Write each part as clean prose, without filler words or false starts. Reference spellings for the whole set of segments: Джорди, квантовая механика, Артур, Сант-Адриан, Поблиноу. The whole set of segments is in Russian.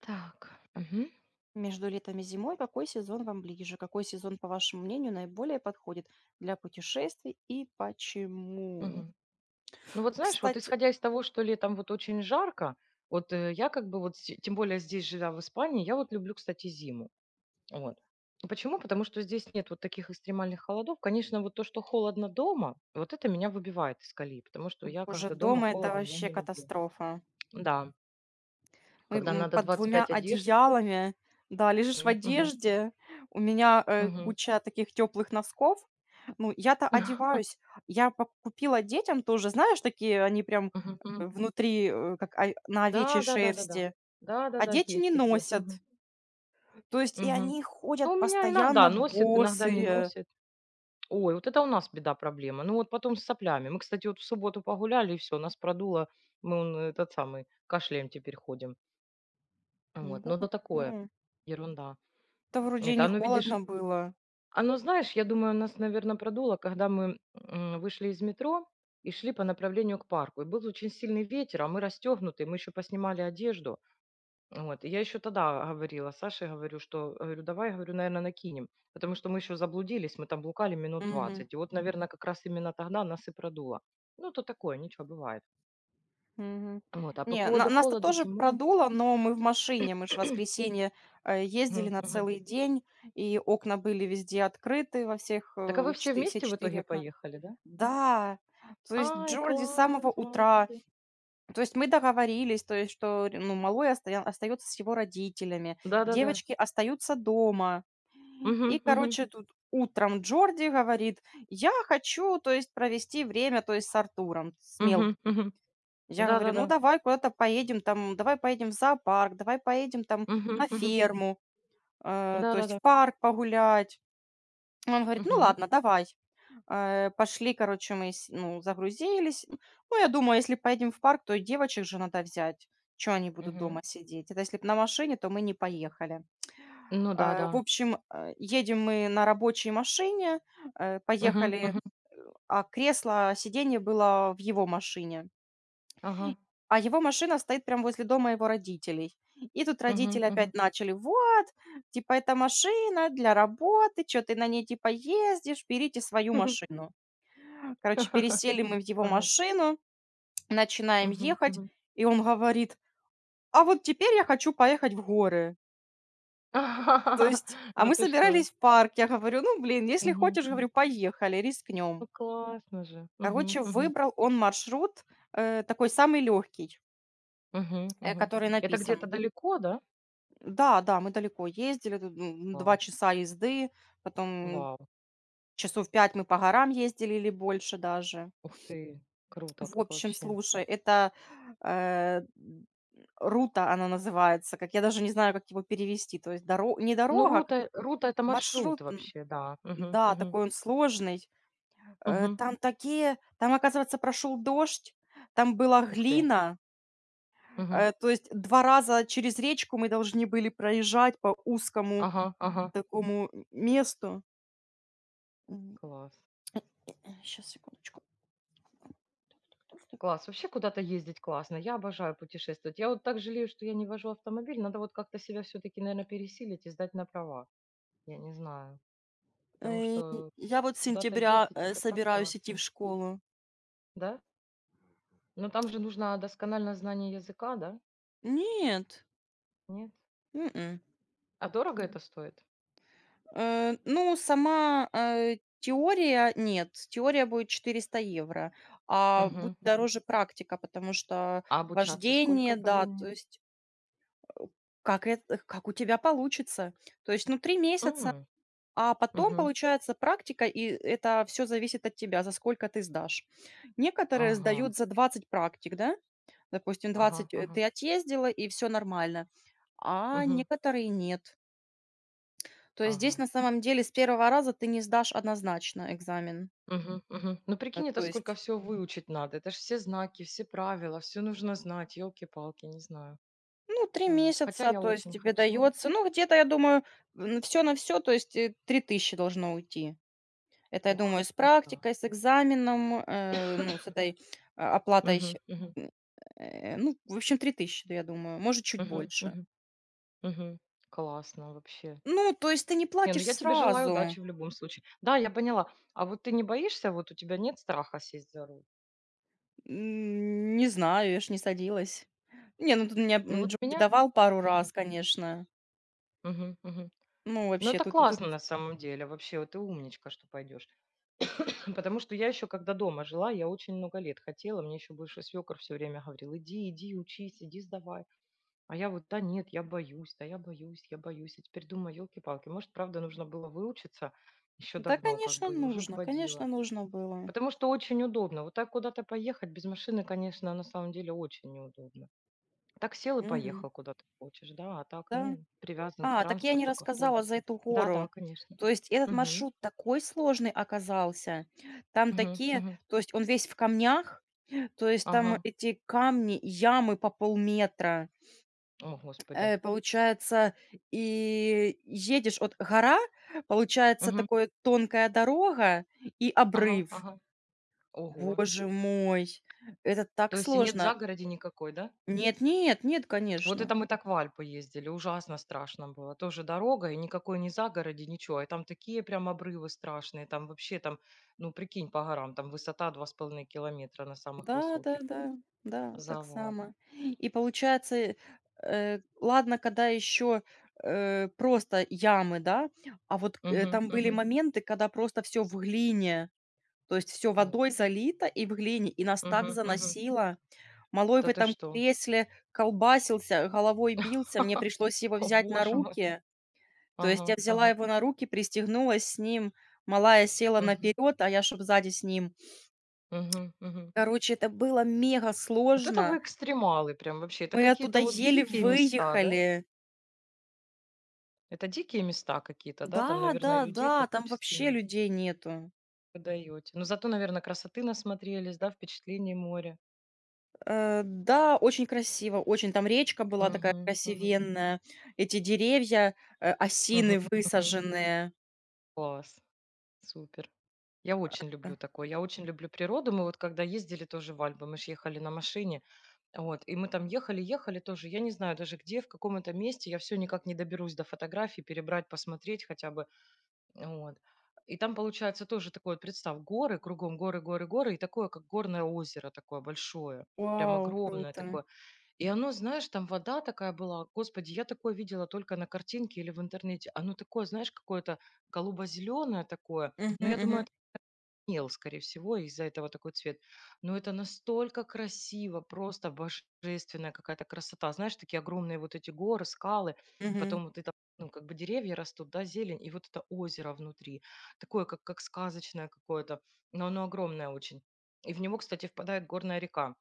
Так. Мгм. Между летом и зимой какой сезон вам ближе? Какой сезон, по вашему мнению, наиболее подходит для путешествий и почему? Мгм. Ну вот знаешь, вот Кстати, исходя из того, что летом вот очень жарко, вот, я как бы вот, с тем более здесь, живя в Испании, я вот люблю, кстати, зиму. Вот. Почему? Потому что здесь нет вот таких экстремальных холодов. Конечно, вот то, что холодно дома, вот это меня выбивает из колеи, потому что я уже когда дома дома это холодно, я вообще не люблю. катастрофа. Да, Мы когда надо под двадцать двумя пять одежд. одеялами, да, лежишь в М, мгм, одежде. У меня мгм, куча таких теплых носков. Ну, я-то одеваюсь. Я купила детям тоже, знаешь, такие они прям мгм, мгм. Внутри, как на овечьей Да, да-да-да-да. шерсти. А Да-да-да, дети есть не такие. носят. То есть и Мгм. они Ну, ходят у меня иногда постоянно носит, иногда не босые. носит. Ой, вот это у нас беда, проблема. Ну, вот потом с соплями. Мы, кстати, вот в субботу погуляли, и все, нас продуло. Мы он, этот самый, кашляем теперь ходим. Вот, М-да. ну, да такое, М, ерунда. это вроде и Это, не оно, видишь, холодно было. оно, знаешь, я думаю, нас, наверное, продуло, когда мы вышли из метро и шли по направлению к парку. И был очень сильный ветер, а мы расстегнуты, мы еще поснимали одежду. Вот. И я еще тогда говорила Саше, говорю, что, говорю, давай, говорю, наверное, накинем, потому что мы еще заблудились, мы там блукали минут Мгм. двадцать, И вот, наверное, как раз именно тогда нас и продуло. Ну, то такое, ничего, бывает. Мгм. Вот. А по Не, на поводу нас-то холода тоже зимой... продуло, но мы в машине. Мы ж в воскресенье, ездили Мгм, на мгм. целый день, и окна были везде открыты во всех, Так а вы э, все четы все вместе в 4 итоге окна. поехали, да? Да, то есть Ай, Джорди с класс, самого утра. молодцы. То есть мы договорились, то есть, что, р ну, малой остоя остается с его родителями, Да-да-да. девочки остаются дома. И, Мгм, мгм, короче, тут утром Джорди говорит: "Я хочу, то есть, провести время, то есть, с Артуром, с мгм, мелким". мгм. Я говорю: "Ну, Да-да-да. давай куда-то поедем, там, давай поедем в зоопарк, давай поедем, там, Мгм, на мгм. ферму, то есть Да-да-да. в парк погулять". Он говорит: "Ну Мгм, ладно, давай". Пошли, короче, мы с ну, загрузились. Ну, я думаю, если поедем в парк, то и девочек же надо взять. Что они будут мгм. дома сидеть? Это если б на машине, то мы не поехали. Ну Э, да-да. в общем, едем мы на рабочей машине, Мгм, поехали, мгм. а кресло, сиденье было в его машине. Ага. А его машина стоит прям возле дома его родителей. И тут Мгм, родители опять мгм. начали: "Вот, типа, это машина для работы, что ты на ней, типа, ездишь? Берите свою машину". Короче, пересели мы в его Ага. машину, начинаем Мгм, ехать, мгм. и он говорит: "А вот теперь я хочу поехать в горы". То есть, а Да мы ты что? собирались в парк. Я говорю: "Ну, блин, если Мгм, хочешь, говорю, мгм. поехали, рискнем". Ну, классно же. Мгм, Короче, мгм, выбрал он маршрут, такой самый легкий, мгм, мгм. который Это где-то написан. далеко, да? Да, да, мы далеко ездили, тут, 2 Класс. часа езды, потом Вау. часов 5 мы по горам ездили или больше даже. Ух ты, круто В как общем, вообще. слушай, это, э, м, рута она называется, как я даже не знаю, как его перевести. То есть доро не Ну, дорога, а как рута — это маршрут, маршрут вообще, да. Мгм, да, мгм, такой он сложный. Э, мгм. там такие там, оказывается, прошел дождь, там была Ух ты. глина. Мгм. То есть 2 раза через речку мы должны были проезжать по узкому Ага, ага. такому месту. Класс. Сейчас секундочку. Класс. Вообще куда-то ездить классно. Я обожаю путешествовать. Я вот так жалею, что я не вожу автомобиль. Надо вот как-то себя все-таки, наверное, пересилить и сдать на права. Я не знаю. Потому Э, что я вот с куда-то сентября, ездить — это так собираюсь идти в классно. школу. Да? Но там же нужно доскональное знание языка, да? Нет. Нет? М-м. А дорого это стоит? Ну, сама, теория нет. Теория будет 400 евро, а будет Мгм, мгм. дороже практика, потому что А обучаться сколько вождение, по да, то времени? есть, э, как это как у тебя получится. То есть, ну, 3 месяца, М, а потом мгм. получается практика, и это все зависит от тебя, за сколько ты сдашь. Некоторые Ага, сдают за 20 практик, да, допустим, ага, 20 ты отъездила, и все нормально, а мгм, некоторые нет. То есть здесь ага, на самом деле с первого раза ты не сдашь однозначно экзамен. мгм, мгм. Ну, Э, прикинь, это то сколько есть, всего выучить надо. Это ж все знаки, все правила, все нужно знать, ёлки-палки, не знаю. ну, 3 Вот. Хотя месяца, я то есть очень тебе хочу. дается. Ну, где-то, я думаю, все на все, то есть, 3000 должно уйти. Это, я Ух, думаю, с ну да. практикой, с экзаменом, ну, с этой, оплатой, Мгм, мгм, м, ну, в общем, 3000, я думаю, может, чуть мгм, больше. мгм, мгм. Классно вообще. Ну, то есть ты не Не, ну платишь я тебе желаю сразу. удачи в любом случае. Да, я поняла. А вот ты не боишься, вот у тебя нет страха сесть за руль? Не знаю, я ж не садилась. Не, ну, тут меня, Ну вот Джоди меня. давал пару Мгм. раз, конечно. Мгм. Мгм. Ну, Ну вообще, это тут. классно на самом деле. Вообще, вот ты умничка, что пойдешь. Потому что я еще, когда дома жила, я очень много лет хотела. Мне еще бывший свекор все время говорил: иди, иди, учись, иди, сдавай. А я вот, да нет, я боюсь, да я боюсь, я боюсь. И теперь думаю, елки-палки, может, правда, нужно было выучиться еще Да, давно, как бы, и уже бы конечно, водила. нужно было. Потому что очень удобно. Вот так куда-то поехать без машины, конечно, на самом деле очень неудобно. Так сел и Мгм. поехал куда ты хочешь, да, а так, Да. ну, привязан к А, так я не транспорту, к рассказала за автобусу. эту Да-да, гору. конечно. То есть этот Мгм. маршрут такой сложный оказался. Там Мгм. такие, Мгм. то есть он весь в камнях, то есть там Ага. эти камни, ямы по полметра. О, господи. Получается, и едешь от гора, получается, Мгм. такая тонкая дорога и Ага, обрыв. ага. Ого. Боже мой, это То так есть и нет сложно. загороди никакой, да? Нет, нет, нет, Вот конечно. это мы так в Альпы ездили, ужасно страшно было. Тоже дорога, и никакой не загороди, ничего. И там такие прям обрывы страшные, там вообще там, ну прикинь, по горам, там высота 2,5 километра на самых Да-да-да, высоких. да, да, да, так Завал. само. И получается, ладно, когда еще, просто ямы, да, а вот, Мгм, там были мгм. моменты, когда просто все в глине, то есть все О, водой гос-. залито и в глине, и нас так Мгм, мгм. заносило. Малой в Да ты этом что? кресле колбасился, головой бился, мне пришлось его О взять на боже мой. руки. То есть Ага, я взяла ага. его на руки, пристегнулась с ним, малая села Мгм, наперед, а я чтоб сзади с ним. мгм, мгм. Короче, это было мега Вот это вы сложно. экстремалы прям вообще. Это Мы оттуда какие-то вот еле дикие места, да? выехали. Это дикие места какие-то, да? Там, Да, наверное, да, людей да, там практически вообще нет. людей нету. Вы даёте. Но зато, наверное, красоты насмотрелись, да, впечатлений моря. Да, очень красиво, очень. Там речка была такая Мгм, мгм, красивенная, эти деревья, мгм, осины мгм. высаженные. Класс, супер. Я очень Э, люблю такое. Я очень люблю природу. Мы вот когда ездили тоже в Альпы, мы ж ехали на машине, вот, и мы там ехали, ехали тоже, я не знаю даже где, в каком это месте, я все никак не доберусь до фотографий, перебрать, посмотреть хотя бы, вот. И там получается тоже такое, вот представь, горы, кругом горы, горы, горы, и такое, как горное озеро такое большое, прям вау, огромное круто. такое. И оно, знаешь, там вода такая была. Господи, я такое видела только на картинке или в интернете. Оно такое, знаешь, какое-то голубо-зеленое такое. Мгм, Но я думаю, мгм, это мел, скорее всего, из-за этого такой цвет. Но это настолько красиво, просто божественная какая-то красота. Знаешь, такие огромные вот эти горы, скалы, мгм, потом вот это, ну, как бы деревья растут, да, зелень, и вот это озеро внутри. Такое, как сказочное какое-то, но оно огромное очень. И в него, кстати, впадает горная река.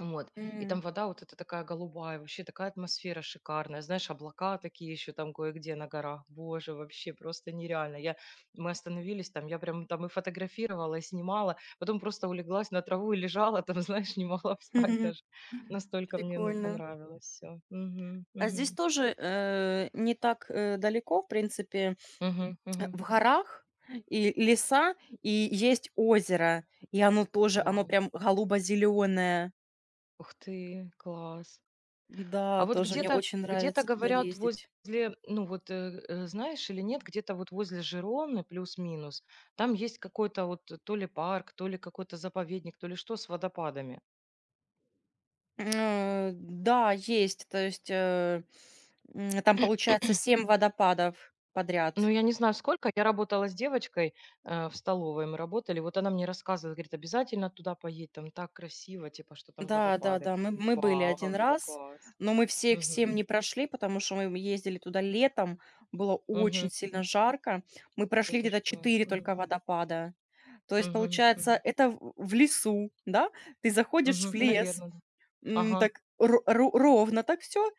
Вот. И м. там вода вот эта такая голубая, вообще такая атмосфера шикарная. Знаешь, облака такие еще там кое-где на горах. Боже, вообще просто нереально. Я, мы остановились там, я прям там и фотографировала, и снимала. Потом просто улеглась на траву и лежала там, знаешь, не могла встать даже. Настолько мне, ну, Прикольно. понравилось все. Угу, А здесь угу, тоже, не так, далеко, в принципе. угу, Э, угу. в горах и леса, и есть озеро, и оно тоже, оно Вау. прям голубо-зеленое. Ух ты, класс. Да, А вот тоже мне где-то очень где-то, нравится туда говорят, ездить. возле, ну вот, знаешь или нет, где-то вот возле Жироны плюс-минус, там есть какой-то вот то ли парк, то ли какой-то заповедник, то ли что с водопадами. Да, есть, то есть, там получается 7 водопадов Ну, подряд. я не знаю сколько, я работала с девочкой, в столовой мы работали, вот она мне рассказывала, говорит: "Обязательно туда поедь, там так красиво, типа, что там Да, да, водопады". да, мы были Вау, один говорю, раз, класс. но мы все их Мгм. 7 не прошли, потому что мы ездили туда летом, было очень Мгм. сильно М. жарко. Мы Да прошли ты где-то что? 4 Мгм. только водопада. То есть, Мгм. получается, Мгм. это в лесу, да? Ты заходишь в Мгм. лес, Да. Ага. так ро ро ровно так все,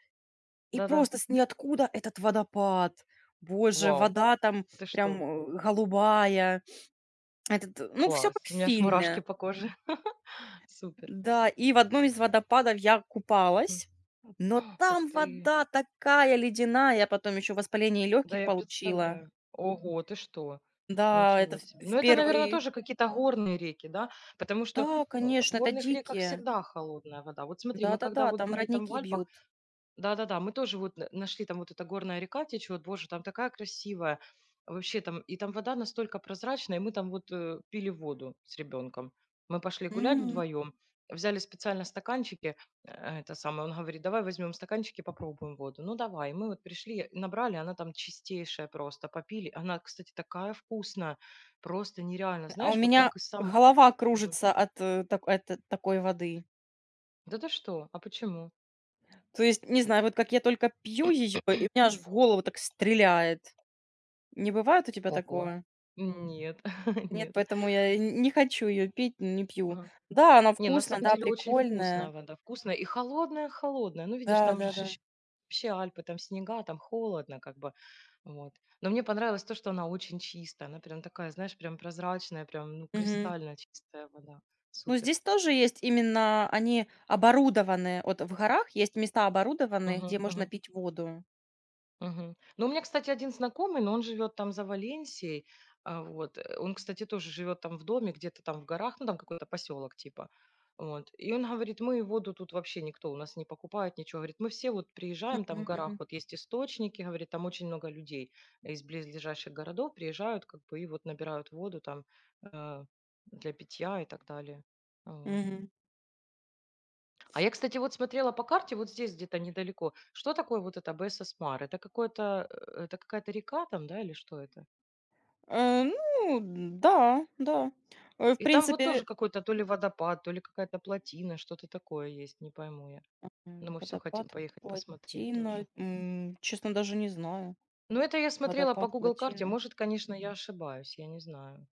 и Да-да. просто с ниоткуда этот водопад. Боже, Вау, вода там ты что? прям, голубая. Этот, ну, все Класс. как в У меня аж мурашки фильме. по коже. Супер. Да, и в одном из водопадов я М. купалась, но Ух там ты. вода такая ледяная, я потом еще воспаление Да, легких я получила. представляю. Ого, ты что? Да, это Ничего в себе. в Ну, это, наверное, первый. тоже какие-то горные реки, да? Потому что Да, в конечно, это горных реках дикие. всегда холодная вода. Вот смотри, мы когда Да-да-да, вот там были там в родники Альпах. бьют. Да-да-да, мы тоже вот н нашли, там вот эта горная река течет, боже, там такая красивая. Вообще там, и там вода настолько прозрачная, и мы там вот, пили воду с ребенком. Мы пошли гулять вдвоем, взяли специально стаканчики, э, это самое, он говорит: "Давай возьмем стаканчики, попробуем воду". Ну, давай. И мы вот пришли, набрали, она там чистейшая просто, попили. Она, кстати, такая вкусная, просто нереально. А у Знаешь, вот меня как и сам. голова Мгм. кружится от, так от такой воды. Да ты что? А почему? То есть, не знаю, вот как я только пью ее, и у меня аж в голову так стреляет. Не бывает у тебя Ого. такое? Нет, Нет, нет. поэтому я и не хочу ее пить, не пью. Ага. Да, она Не, на вкусная, самом да, деле очень вкусная прикольная. вода, вкусная и холодная-холодная. Ну, видишь, там же ж Да-да-да. ещё вообще Альпы, там снега, там холодно как бы. Вот. Но мне понравилось то, что она очень чистая. Она прям такая, знаешь, прям прозрачная, прям, ну, Мгм. кристально чистая вода. Ну, Супер. здесь тоже есть именно они оборудованные. Вот в горах есть места оборудованные, Мгм, где можно мгм. пить воду. Мгм. Ну, у меня, кстати, один знакомый, но он живет там за Валенсией. А, вот. Он, кстати, тоже живет там в доме, где-то там в горах, ну, там какой-то поселок типа. Вот. И он говорит, мы воду тут вообще никто у нас не покупает, ничего. Говорит, мы все вот Мгм, приезжаем, там в горах мгм, вот есть источники, говорит, там очень много людей из близлежащих городов приезжают как бы и вот набирают воду там э, для питья и так далее. Вот. мгм. А я, кстати, вот смотрела по карте, вот здесь где-то недалеко. Что такое вот это Бесосмар? Это какое-то, это какая-то река там, да, или что это? Ну да, да. В И там вот принципе. тоже какой-то то ли водопад, то ли какая-то плотина, что-то такое есть, не пойму я. Но М, мы все хотим водопад, поехать посмотреть плотина, тоже. Честно, даже не знаю. Но это я смотрела по Водопад, Google карте. плотина. Может, конечно, я ошибаюсь, я не знаю.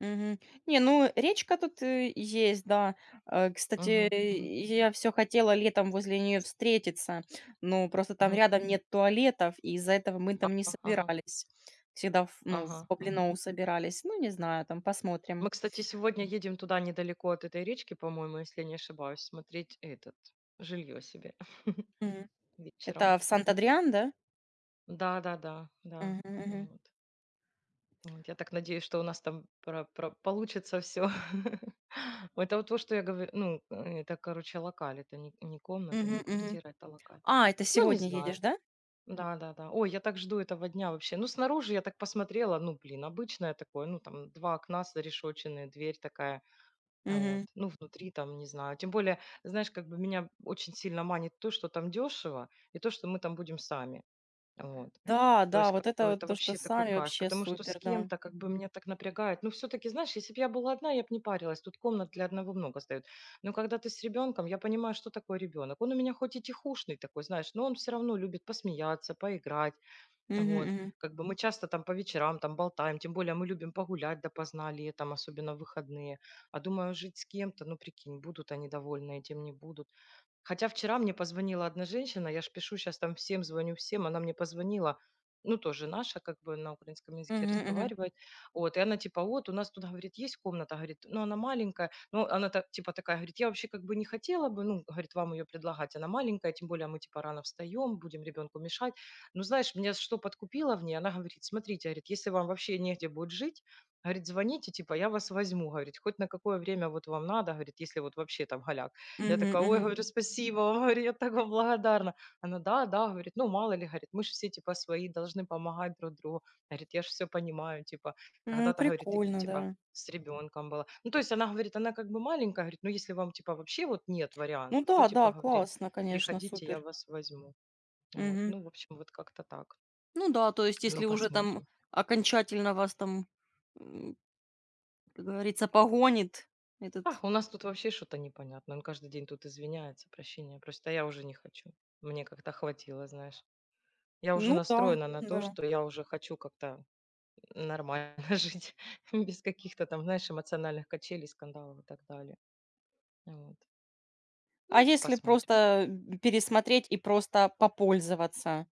Мгм. Не, ну речка тут есть, да. Кстати, Мгм, мгм, я все хотела летом возле нее встретиться, но просто там мгм. рядом нет туалетов, и из-за этого мы там не Ага, ага, собирались. Всегда ну, ага, в ага. Поблиноу собирались. Ну, не знаю, там посмотрим. Мы, кстати, сегодня едем туда недалеко от этой речки, по-моему, если не ошибаюсь, смотреть этот жилье себе Мгм. вечером. Это в Сант-Адриан, да? Да-да-да, да. Да, Мгм, да. мгм. Вот. Вот. Я так надеюсь, что у нас там про получится все. Это вот то, что я говорю, ну, это, короче, локаль, это не комната, Мгм, не мгм. квартира, это локаль. А, это Ну, не сегодня едешь, знаю. да? Да-да-да. Ой, я так жду этого дня вообще. Ну, снаружи я так посмотрела, ну, блин, обычное такое, ну, там 2 окна зарешоченные, дверь такая, а, вот. Мгм. Ну, внутри там, не знаю. Тем более, знаешь, как бы меня очень сильно манит то, что там дешево, и то, что мы там будем сами. Вот. Да, То есть да, как вот это бы вот это то, что вообще такой сами кайф, вообще потому что с супер, да. кем-то как бы меня так напрягает. Ну, все-таки, знаешь, если бы я была одна, я бы не парилась. Тут комнат для одного много сдают. Но когда ты с ребенком, я понимаю, что такое ребенок. Он у меня хоть и тихушный такой, знаешь, но он все равно любит посмеяться, поиграть. Мгм, Вот. мгм. Как бы мы часто там по вечерам там болтаем, тем более мы любим погулять допоздна летом, особенно в выходные. А думаю, жить с кем-то, ну, прикинь, будут они довольны этим, не будут. Хотя вчера мне позвонила одна женщина, я ж пишу щас там всем, звоню всем, она мне позвонила, ну, тоже наша, как бы на украинском языке Мгм, мгм. разговаривает. Вот, и она типа: "Вот у нас тут, говорит, есть комната, говорит, но она маленькая". Ну, она та типа такая говорит: "Я вообще как бы не хотела бы, ну, говорит, вам ее предлагать, она маленькая, тем более мы типа рано встаем, будем ребенку мешать". Но знаешь, меня что подкупило в ней, она говорит: "Смотрите, говорит, если вам вообще негде будет жить, говорит, звоните, типа я вас возьму, говорит, хоть на какое время вот вам надо, говорит, если вот вообще там голяк". Я Мгм, такая: "Ой, — мгм. говорю, — спасибо, — говорю, я так вам благодарна". Она: "Да, да, — говорит, — ну, мало ли, — говорит, — мы же все типа свои, должны помогать друг другу". Говорит: "Я же все понимаю, типа, М, когда-то, — говорит, — я прикольно, типа да. с ребенком была". Ну, то есть она говорит, она как бы маленькая, говорит, ну, если вам типа вообще вот нет Ну вариантов, то да, да, типа, говорит, классно, конечно, приходите, я супер. вас возьму. Вот. Мгм. Ну, в общем, вот как-то так. Ну да, то есть, если Ну, уже там посмотрим. окончательно вас там, м, как говорится, погонит А, этот. у нас тут вообще что-то непонятно. Он каждый день тут извиняется, прощения Просто я уже не хочу. Мне как-то хватило, знаешь. Я уже Ну да, настроена на то, да. что я уже хочу как-то нормально жить, без каких-то там, знаешь, эмоциональных качелей, скандалов и так далее. Вот. А Ну, если посмотрим. просто, пересмотреть и просто попользоваться?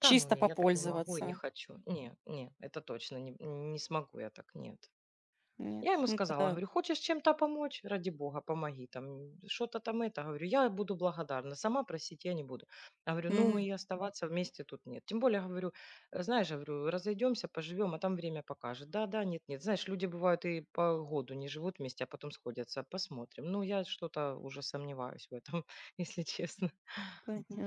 Да, ну не, я так не могу и не попользоваться? хочу. Не, не, это точно не, не смогу я так, нет. Нет, Я ему ну сказала, тогда говорю, хочешь чем-то помочь? Ради бога, помоги там, что-то там это. Говорю, я буду благодарна, сама просить я не буду. Я говорю, ну мгм. и оставаться вместе тут нет. Тем более, говорю, «Э, знаешь, говорю, разойдемся, поживем, а там время покажет. Да, да, нет, нет. Знаешь, люди бывают и по году не живут вместе, а потом сходятся, посмотрим. Ну, я что-то уже сомневаюсь в этом, если честно. Понятно.